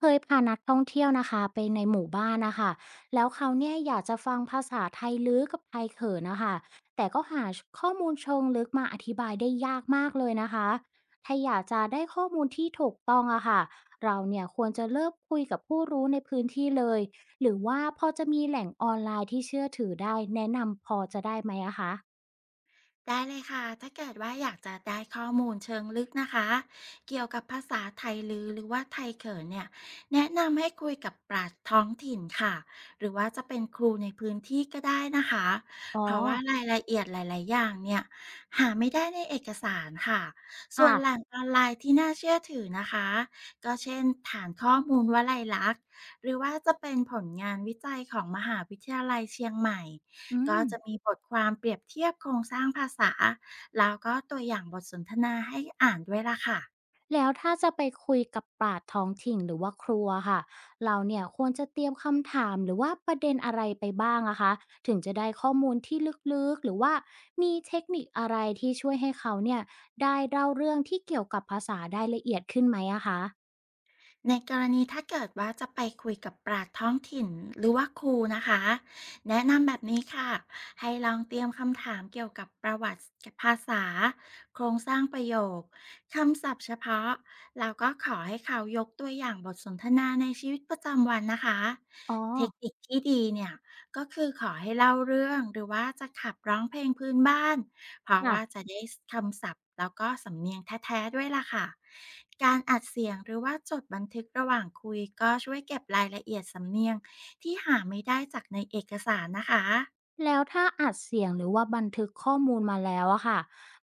เคยพานักท่องเที่ยวนะคะไปในหมู่บ้านนะคะแล้วเขาเนี่ยอยากจะฟังภาษาไทยลือกับไทยเขนนะคะแต่ก็หาข้อมูลเชิงลึกมาอธิบายได้ยากมากเลยนะคะถ้าอยากจะได้ข้อมูลที่ถูกต้องอะค่ะเราเนี่ยควรจะเริ่มคุยกับผู้รู้ในพื้นที่เลยหรือว่าพอจะมีแหล่งออนไลน์ที่เชื่อถือได้แนะนำพอจะได้ไหมอะคะได้เลยค่ะ ถ้าเกิดว่าอยากจะได้ข้อมูลเชิงลึกนะคะเกี่ยวกับภาษาไทยลือหรือว่าไทยเขินเนี่ยแนะนำให้คุยกับปราชญ์ท้องถิ่นค่ะหรือว่าจะเป็นครูในพื้นที่ก็ได้นะคะอ๋อเพราะว่ารายละเอียดหลายๆอย่างเนี่ยหาไม่ได้ในเอกสารค่ะส่วค่ะนแหล่งออนไลน์ที่น่าเชื่อถือนะคะก็เช่นฐานข้อมูลวลัยลักษณ์หรือว่าจะเป็นผลงานวิจัยของมหาวิทยาลัยเชียงใหม่ อืก็ม จะมีบทความเปรียบเทียบโครงสร้างภาษาแล้วก็ตัวอย่างบทสนทนาให้อ่านด้วยล่ะค่ะ แล้วถ้าจะไปคุยกับปราชญ์ท้องถิ่นหรือว่าครัวค่ะเราเนี่ยควรจะเตรียมคำถามหรือว่าประเด็นอะไรไปบ้างอะคะถึงจะได้ข้อมูลที่ลึกๆหรือว่ามีเทคนิคอะไรที่ช่วยให้เขาเนี่ยได้เล่าเรื่องที่เกี่ยวกับภาษาได้ละเอียดขึ้นไหมอะคะในกรณีถ้าเกิดว่าจะไปคุยกับปราชญ์ท้องถิ่นหรือว่าครูนะคะแนะนำแบบนี้ค่ะให้ลองเตรียมคำถามเกี่ยวกับประวัติภาษาโครงสร้างประโยคคำศัพท์เฉพาะแล้วก็ขอให้เขายกตัวอย่างบทสนทนาในชีวิตประจำวันนะคะอ๋อเทคนิคที่ดีเนี่ยก็คือขอให้เล่าเรื่องหรือว่าจะขับร้องเพลงพื้นบ้าน เพราะว่าค่ะ จะได้คำศัพท์แล้วก็สำเนียงแท้ๆด้วยล่ะค่ะ การอัดเสียงหรือว่าจดบันทึกระหว่างคุยก็ช่วยเก็บรายละเอียดสำเนียงที่หาไม่ได้จากในเอกสารนะคะ แล้วถ้าอัดเสียงหรือว่าบันทึกข้อมูลมาแล้วอะค่ะ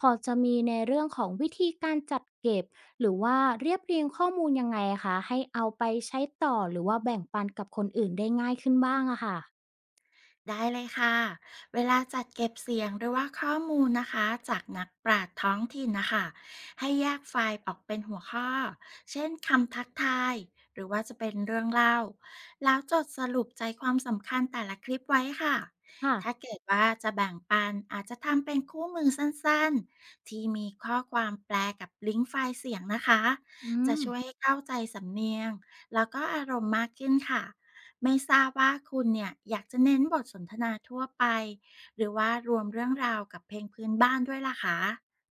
พอจะมีในเรื่องของวิธีการจัดเก็บหรือว่าเรียบเรียงข้อมูลยังไงคะให้เอาไปใช้ต่อหรือว่าแบ่งปันกับคนอื่นได้ง่ายขึ้นบ้างอะค่ะได้เลยค่ะเวลาจัดเก็บเสียงหรือว่าข้อมูลนะคะจากนักปราชญ์ท้องถิ่นนะคะให้แยกไฟล์ออกเป็นหัวข้อเช่นคำทักทายหรือว่าจะเป็นเรื่องเล่าแล้วจดสรุปใจความสำคัญแต่ละคลิปไว้ค่ะค่ะถ้าเกิดว่าจะแบ่งปันอาจจะทำเป็นคู่มือสั้นๆที่มีข้อความแปลกับลิงก์ไฟล์เสียงนะคะอืจะม ช่วยให้เข้าใจสำเนียงแล้วก็อารมณ์มากขึ้นค่ะ ไม่ทราบว่าคุณเนี่ยอยากจะเน้นบทสนทนาทั่วไปหรือว่ารวมเรื่องราวกับเพลงพื้นบ้านด้วยล่ะคะ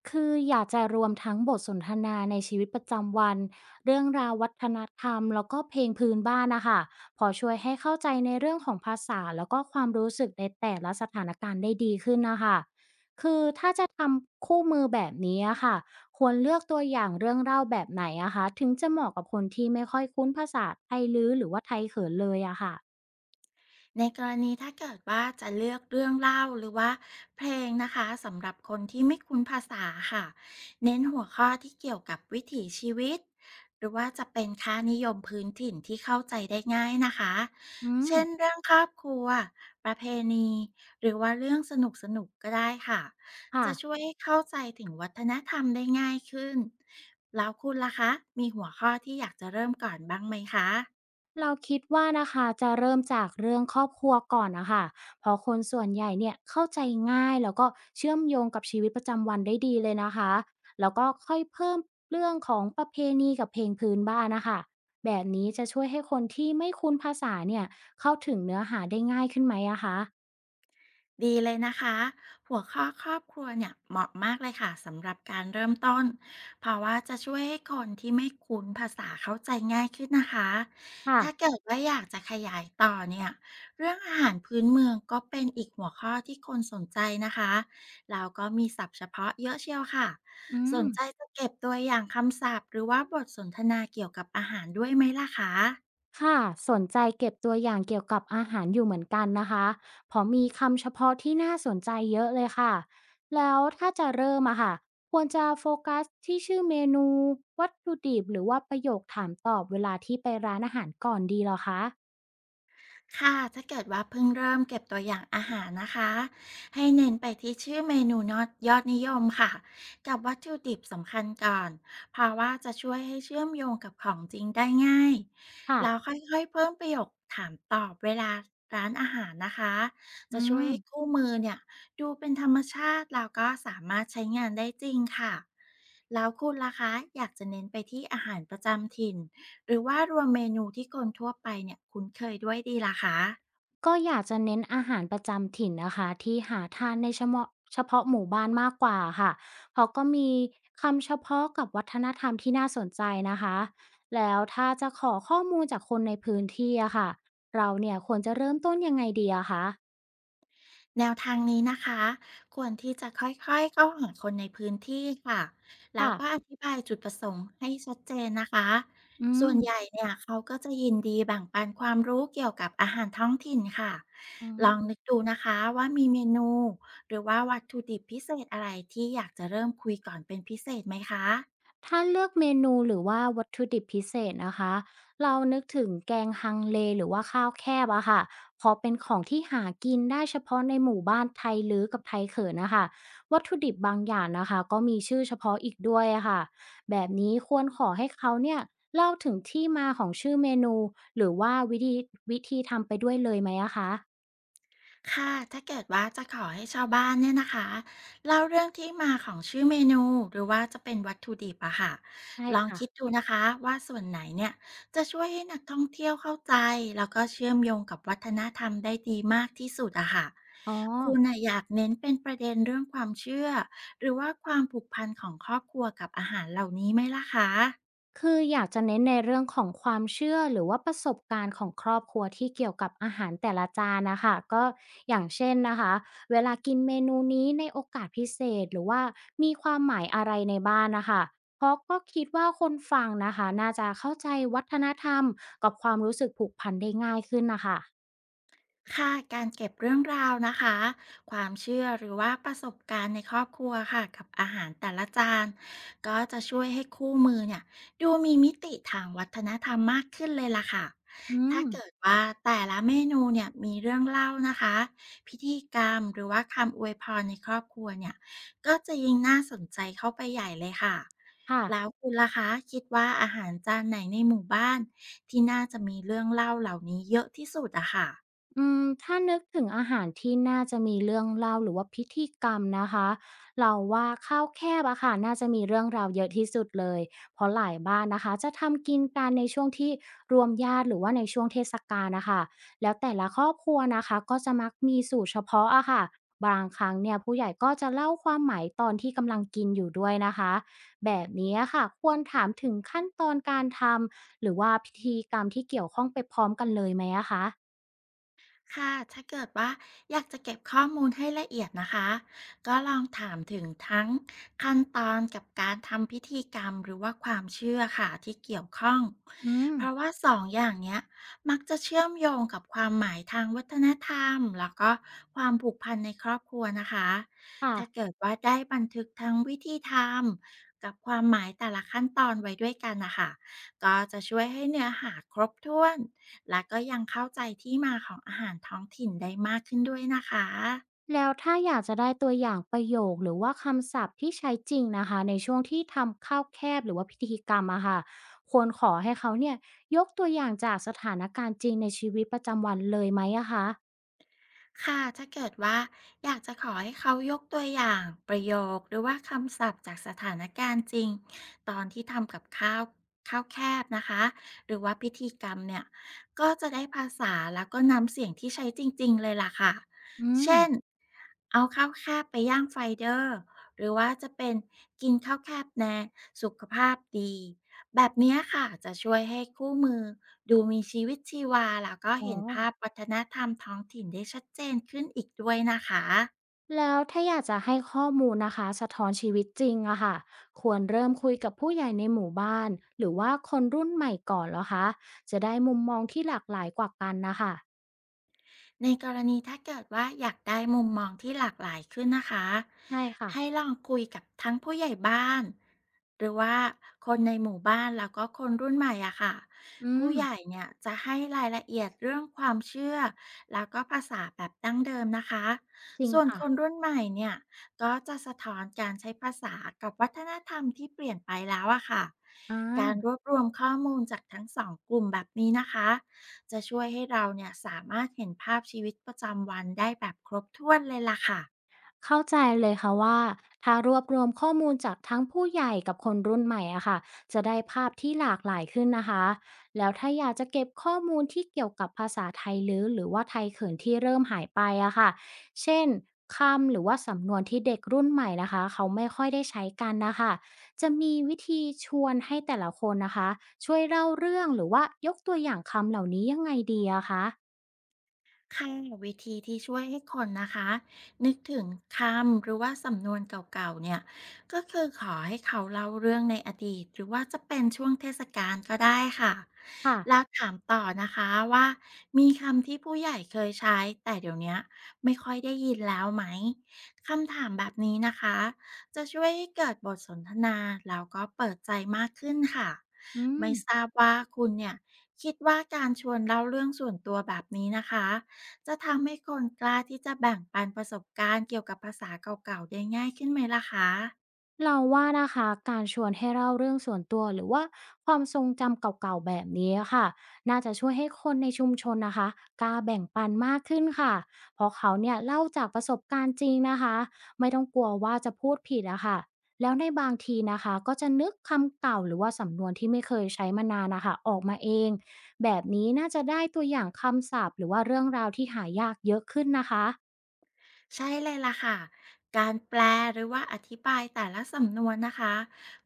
คืออยากจะรวมทั้งบทสนทนาในชีวิตประจำวันเรื่องราววัฒนธรรมแล้วก็เพลงพื้นบ้านนะคะพอช่วยให้เข้าใจในเรื่องของภาษาแล้วก็ความรู้สึกในแต่ละสถานการณ์ได้ดีขึ้นนะคะคือถ้าจะทำคู่มือแบบนี้อะค่ะควรเลือกตัวอย่างเรื่องเล่าแบบไหนอะคะถึงจะเหมาะกับคนที่ไม่ค่อยคุ้นภาษาไทยลือหรือว่าไทยเขินเลยอะค่ะในกรณีถ้าเกิดว่าจะเลือกเรื่องเล่าหรือว่าเพลงนะคะสำหรับคนที่ไม่คุ้นภาษาค่ะเน้นหัวข้อที่เกี่ยวกับวิถีชีวิตหรือว่าจะเป็นค่านิยมพื้นถิ่นที่เข้าใจได้ง่ายนะคะอืมเช่นเรื่องครอบครัวประเพณีหรือว่าเรื่องสนุกสนุกก็ได้ค่ะค่ะ จะช่วยให้เข้าใจถึงวัฒนธรรมได้ง่ายขึ้นแล้วคุณล่ะคะมีหัวข้อที่อยากจะเริ่มก่อนบ้างไหมคะ เราคิดว่านะคะจะเริ่มจากเรื่องครอบครัวก่อนนะคะเพราะคนส่วนใหญ่เนี่ยเข้าใจง่ายแล้วก็เชื่อมโยงกับชีวิตประจำวันได้ดีเลยนะคะแล้วก็ค่อยเพิ่มเรื่องของประเพณีกับเพลงพื้นบ้านนะคะแบบนี้จะช่วยให้คนที่ไม่คุ้นภาษาเนี่ยเข้าถึงเนื้อหาได้ง่ายขึ้นไหมอะคะดีเลยนะคะหัวข้อครอบครัวเนี่ยเหมาะมากเลยค่ะสำหรับการเริ่มต้นเพราะว่าจะช่วยให้คนที่ไม่คุ้นภาษาเข้าใจง่ายขึ้นนะคะค่ะถ้าเกิดว่าอยากจะขยายต่อเนี่ยเรื่องอาหารพื้นเมืองก็เป็นอีกหัวข้อที่คนสนใจนะคะแล้วก็มีศัพท์เฉพาะเยอะเชียวค่ะอืสนม ใจจะเก็บตัวอย่างคำศัพท์หรือว่าบทสนทนาเกี่ยวกับอาหารด้วยไหมล่ะคะ ค่ะสนใจเก็บตัวอย่างเกี่ยวกับอาหารอยู่เหมือนกันนะคะเพราะมีคำเฉพาะที่น่าสนใจเยอะเลยค่ะแล้วถ้าจะเริ่มอะค่ะควรจะโฟกัสที่ชื่อเมนูวัตถุดิบหรือว่าประโยคถามตอบเวลาที่ไปร้านอาหารก่อนดีเหรอคะค่ะถ้าเกิดว่าเพิ่งเริ่มเก็บตัวอย่างอาหารนะคะให้เน้นไปที่ชื่อเมนูนอดยอดนิยมค่ะกับวัตถุดิบสำคัญก่อนเพราะว่าจะช่วยให้เชื่อมโยงกับของจริงได้ง่ายค่ะแล้วค่อยๆเพิ่มประโยคถามตอบเวลาร้านอาหารนะคะจะอืช่วยม ให้คู่มือเนี่ยดูเป็นธรรมชาติแล้วก็สามารถใช้งานได้จริงค่ะแล้วคุณล่ะคะอยากจะเน้นไปที่อาหารประจำถิ่น หรือว่ารวมเมนูที่คนทั่วไปเนี่ยคุ้นเคยด้วยดีล่ะคะก็อยากจะเน้นอาหารประจำถิ่นนะคะที่หาทานในเฉพาะหมู่บ้านมากกว่าค่ะเพราะก็มีคำเฉพาะกับวัฒนธรรมที่น่าสนใจนะคะแล้วถ้าจะขอข้อมูลจากคนในพื้นที่อะค่ะเราเนี่ยควรจะเริ่มต้นยังไงดีอะคะแนวทางนี้นะคะควรที่จะค่อยๆเข้าหาคนในพื้นที่ค่ะแล้วค่ะก็อธิบายจุดประสงค์ให้ชัดเจนนะคะอืส่มวนใหญ่เนี่ยเขาก็จะยินดีแบ่งปันความรู้เกี่ยวกับอาหารท้องถิ่นค่ะอืลม องนึกดูนะคะว่ามีเมนูหรือว่าวัตถุดิบพิเศษอะไรที่อยากจะเริ่มคุยก่อนเป็นพิเศษไหมคะ ถ้าเลือกเมนูหรือว่าวัตถุดิบพิเศษนะคะเรานึกถึงแกงฮังเลหรือว่าข้าวแคบอะค่ะเพอเป็นของที่หากินได้เฉพาะในหมู่บ้านไทยลือกับไทยเขินนะคะวัตถุดิบบางอย่างนะคะก็มีชื่อเฉพาะอีกด้วยอะค่ะแบบนี้ควรขอให้เขาเนี่ยเล่าถึงที่มาของชื่อเมนูหรือว่าวิธีทำไปด้วยเลยไหมอะคะค่ะถ้าเกิดว่าจะขอให้ชาวบ้านเนี่ยนะคะเล่าเรื่องที่มาของชื่อเมนูหรือว่าจะเป็นวัตถุดิบอะค่ะใช่ลองค่ะคิดดูนะคะว่าส่วนไหนเนี่ยจะช่วยให้นักท่องเที่ยวเข้าใจแล้วก็เชื่อมโยงกับวัฒนธรรมได้ดีมากที่สุดอะค่ะอ๋อ คุณอะอยากเน้นเป็นประเด็นเรื่องความเชื่อหรือว่าความผูกพันของครอบครัวกับอาหารเหล่านี้ไหมล่ะคะ คืออยากจะเน้นในเรื่องของความเชื่อหรือว่าประสบการณ์ของครอบครัวที่เกี่ยวกับอาหารแต่ละจานนะคะก็อย่างเช่นนะคะเวลากินเมนูนี้ในโอกาสพิเศษหรือว่ามีความหมายอะไรในบ้านนะคะเพราะก็คิดว่าคนฟังนะคะน่าจะเข้าใจวัฒนธรรมกับความรู้สึกผูกพันได้ง่ายขึ้นนะคะค่ะการเก็บเรื่องราวนะคะความเชื่อหรือว่าประสบการณ์ในครอบครัวค่ะกับอาหารแต่ละจานก็จะช่วยให้คู่มือเนี่ยดูมีมิติทางวัฒนธรรมมากขึ้นเลยล่ะค่ะอืถ้ามเกิดว่าแต่ละเมนูเนี่ยมีเรื่องเล่านะคะพิธีกรรมหรือว่าคำอวยพรในครอบครัวเนี่ยก็จะยิ่งน่าสนใจเข้าไปใหญ่เลยค่ะค่ะ แล้วคุณล่ะคะคิดว่าอาหารจานไหนในหมู่บ้านที่น่าจะมีเรื่องเล่าเหล่านี้เยอะที่สุดอะค่ะ อืมถ้านึกถึงอาหารที่น่าจะมีเรื่องเล่าหรือว่าพิธีกรรมนะคะ เราว่าข้าวแคบอะค่ะน่าจะมีเรื่องราวเยอะที่สุดเลย เพราะหลายบ้านนะคะจะทำกินกันในช่วงที่รวมญาติหรือว่าในช่วงเทศกาลนะคะ แล้วแต่ละครอบครัวนะคะก็จะมักมีสูตรเฉพาะอะค่ะ บางครั้งเนี่ยผู้ใหญ่ก็จะเล่าความหมายตอนที่กำลังกินอยู่ด้วยนะคะแบบนี้อะค่ะควรถามถึงขั้นตอนการทำหรือว่าพิธีกรรมที่เกี่ยวข้องไปพร้อมกันเลยไหมอะคะค่ะถ้าเกิดว่าอยากจะเก็บข้อมูลให้ละเอียดนะคะก็ลองถามถึงทั้งขั้นตอนกับการทำพิธีกรรมหรือว่าความเชื่อค่ะที่เกี่ยวข้อง อืม เพราะว่าสองอย่างเนี้ยมักจะเชื่อมโยงกับความหมายทางวัฒนธรรมแล้วก็ความผูกพันในครอบครัวนะคะค่ะถ้าเกิดว่าได้บันทึกทั้งวิธีทำกับความหมายแต่ละขั้นตอนไว้ด้วยกันนะคะก็จะช่วยให้เนื้อหาครบถ้วน และก็ยังเข้าใจที่มาของอาหารท้องถิ่นได้มากขึ้นด้วยนะคะแล้วถ้าอยากจะได้ตัวอย่างประโยคหรือว่าคำศัพท์ที่ใช้จริงนะคะในช่วงที่ทำข้าวแคบหรือว่าพิธีกรรมอะค่ะควรขอให้เขาเนี่ยยกตัวอย่างจากสถานการณ์จริงในชีวิตประจำวันเลยไหมอะคะค่ะถ้าเกิดว่าอยากจะขอให้เขายกตัวอย่างประโยคหรือว่าคำศัพท์จากสถานการณ์จริงตอนที่ทำกับข้าวแคบนะคะหรือว่าพิธีกรรมเนี่ยก็จะได้ภาษาแล้วก็นำเสียงที่ใช้จริงๆเลยล่ะค่ะอืมเช่นเอาข้าวแคบไปย่างไฟเดอร์หรือว่าจะเป็นกินข้าวแคบแน่สุขภาพดี แบบเนี้ยค่ะจะช่วยให้คู่มือดูมีชีวิตชีวาแล้วก็อ๋อเห็นภาพวัฒนธรรมท้องถิ่นได้ชัดเจนขึ้นอีกด้วยนะคะ แล้วถ้าอยากจะให้ข้อมูลนะคะสะท้อนชีวิตจริงอะค่ะควรเริ่มคุยกับผู้ใหญ่ในหมู่บ้านหรือว่าคนรุ่นใหม่ก่อนเหรอคะจะได้มุมมองที่หลากหลายกว่ากันนะคะในกรณีถ้าเกิดว่าอยากได้มุมมองที่หลากหลายขึ้นนะคะใช่ค่ะให้ลองคุยกับทั้งผู้ใหญ่บ้านหรือว่าคนในหมู่บ้านแล้วก็คนรุ่นใหม่อะค่ะอืผู้มใหญ่เนี่ยจะให้รายละเอียดเรื่องความเชื่อแล้วก็ภาษาแบบดั้งเดิมนะคะจริงส่วนค่ะคนรุ่นใหม่เนี่ยก็จะสะท้อนการใช้ภาษากับวัฒนธรรมที่เปลี่ยนไปแล้วอะค่ะอา การรวบรวมข้อมูลจากทั้งสองกลุ่มแบบนี้นะคะ จะช่วยให้เราเนี่ยสามารถเห็นภาพชีวิตประจำวันได้แบบครบถ้วนเลยล่ะค่ะ เข้าใจเลยค่ะว่าถ้ารวบรวมข้อมูลจากทั้งผู้ใหญ่กับคนรุ่นใหม่อะค่ะจะได้ภาพที่หลากหลายขึ้นนะคะแล้วถ้าอยากจะเก็บข้อมูลที่เกี่ยวกับภาษาไทยลื้อหรือว่าไทยเขินที่เริ่มหายไปอะค่ะเช่นคำหรือว่าสำนวนที่เด็กรุ่นใหม่นะคะเขาไม่ค่อยได้ใช้กันนะคะจะมีวิธีชวนให้แต่ละคนนะคะช่วยเล่าเรื่องหรือว่ายกตัวอย่างคำเหล่านี้ยังไงดีอะคะค่ะวิธีที่ช่วยให้คนนะคะนึกถึงคำหรือว่าสำนวนเก่าๆเนี่ยก็คือขอให้เขาเล่าเรื่องในอดีตหรือว่าจะเป็นช่วงเทศกาลก็ได้ค่ะค่ะแล้วถามต่อนะคะว่ามีคำที่ผู้ใหญ่เคยใช้แต่เดี๋ยวเนี้ยไม่ค่อยได้ยินแล้วไหมคำถามแบบนี้นะคะจะช่วยให้เกิดบทสนทนาแล้วก็เปิดใจมากขึ้นค่ะอืม ไม่ทราบว่าคุณเนี่ยคิดว่าการชวนเล่าเรื่องส่วนตัวแบบนี้นะคะ จะทำให้คนกล้าที่จะแบ่งปันประสบการณ์เกี่ยวกับภาษาเก่าๆได้ง่ายขึ้นไหมล่ะคะ เราว่านะคะการชวนให้เล่าเรื่องส่วนตัวหรือว่าความทรงจำเก่าๆแบบนี้ค่ะน่าจะช่วยให้คนในชุมชนนะคะกล้าแบ่งปันมากขึ้นค่ะเพราะเขาเนี่ยเล่าจากประสบการณ์จริงนะคะไม่ต้องกลัวว่าจะพูดผิดอะค่ะแล้วในบางทีนะคะก็จะนึกคำเก่าหรือว่าสำนวนที่ไม่เคยใช้มานานนะคะออกมาเองแบบนี้น่าจะได้ตัวอย่างคำศัพท์หรือว่าเรื่องราวที่หายากเยอะขึ้นนะคะใช่เลยล่ะค่ะ การแปลหรือว่าอธิบายแต่ละสำนวนนะคะ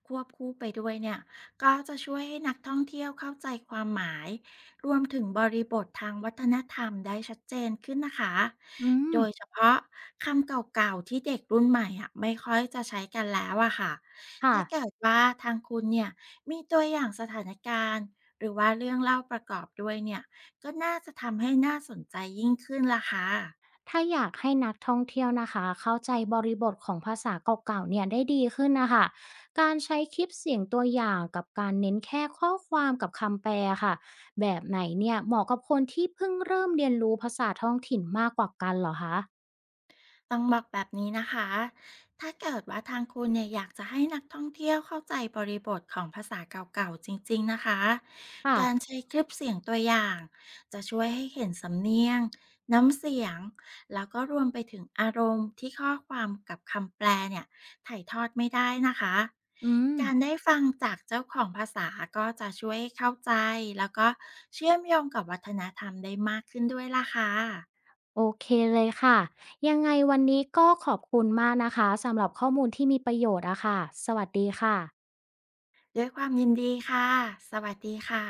ควบคู่ไปด้วยเนี่ยก็จะช่วยให้นักท่องเที่ยวเข้าใจความหมายรวมถึงบริบททางวัฒนธรรมได้ชัดเจนขึ้นนะคะอืมโดยเฉพาะคำเก่าๆที่เด็กรุ่นใหม่อะไม่ค่อยจะใช้กันแล้วอะค่ะค่ะ ถ้าเกิดว่าทางคุณเนี่ยมีตัวอย่างสถานการณ์หรือว่าเรื่องเล่าประกอบด้วยเนี่ยก็น่าจะทำให้น่าสนใจยิ่งขึ้นล่ะค่ะ ถ้าอยากให้นักท่องเที่ยวนะคะเข้าใจบริบทของภาษาเก่าๆเนี่ยได้ดีขึ้นนะคะการใช้คลิปเสียงตัวอย่างกับการเน้นแค่ข้อความกับคำแปลค่ะแบบไหนเนี่ยเหมาะกับคนที่เพิ่งเริ่มเรียนรู้ภาษาท้องถิ่นมากกว่ากันเหรอคะต้องบอกแบบนี้นะคะถ้าเกิดว่าทางคุณเนี่ยอยากจะให้นักท่องเที่ยวเข้าใจบริบทของภาษาเก่าๆจริงๆนะคะค่ะการใช้คลิปเสียงตัวอย่างจะช่วยให้เห็นสำเนียงน้ำเสียง แล้วก็รวมไปถึงอารมณ์ที่ข้อความกับคำแปลเนี่ยถ่ายทอดไม่ได้นะคะ อืมการได้ฟังจากเจ้าของภาษาก็จะช่วยให้เข้าใจแล้วก็เชื่อมโยงกับวัฒนธรรมได้มากขึ้นด้วยล่ะค่ะ โอเคเลยค่ะยังไงวันนี้ก็ขอบคุณมากนะคะสำหรับข้อมูลที่มีประโยชน์อะค่ะสวัสดีค่ะด้วยความยินดีค่ะ สวัสดีค่ะ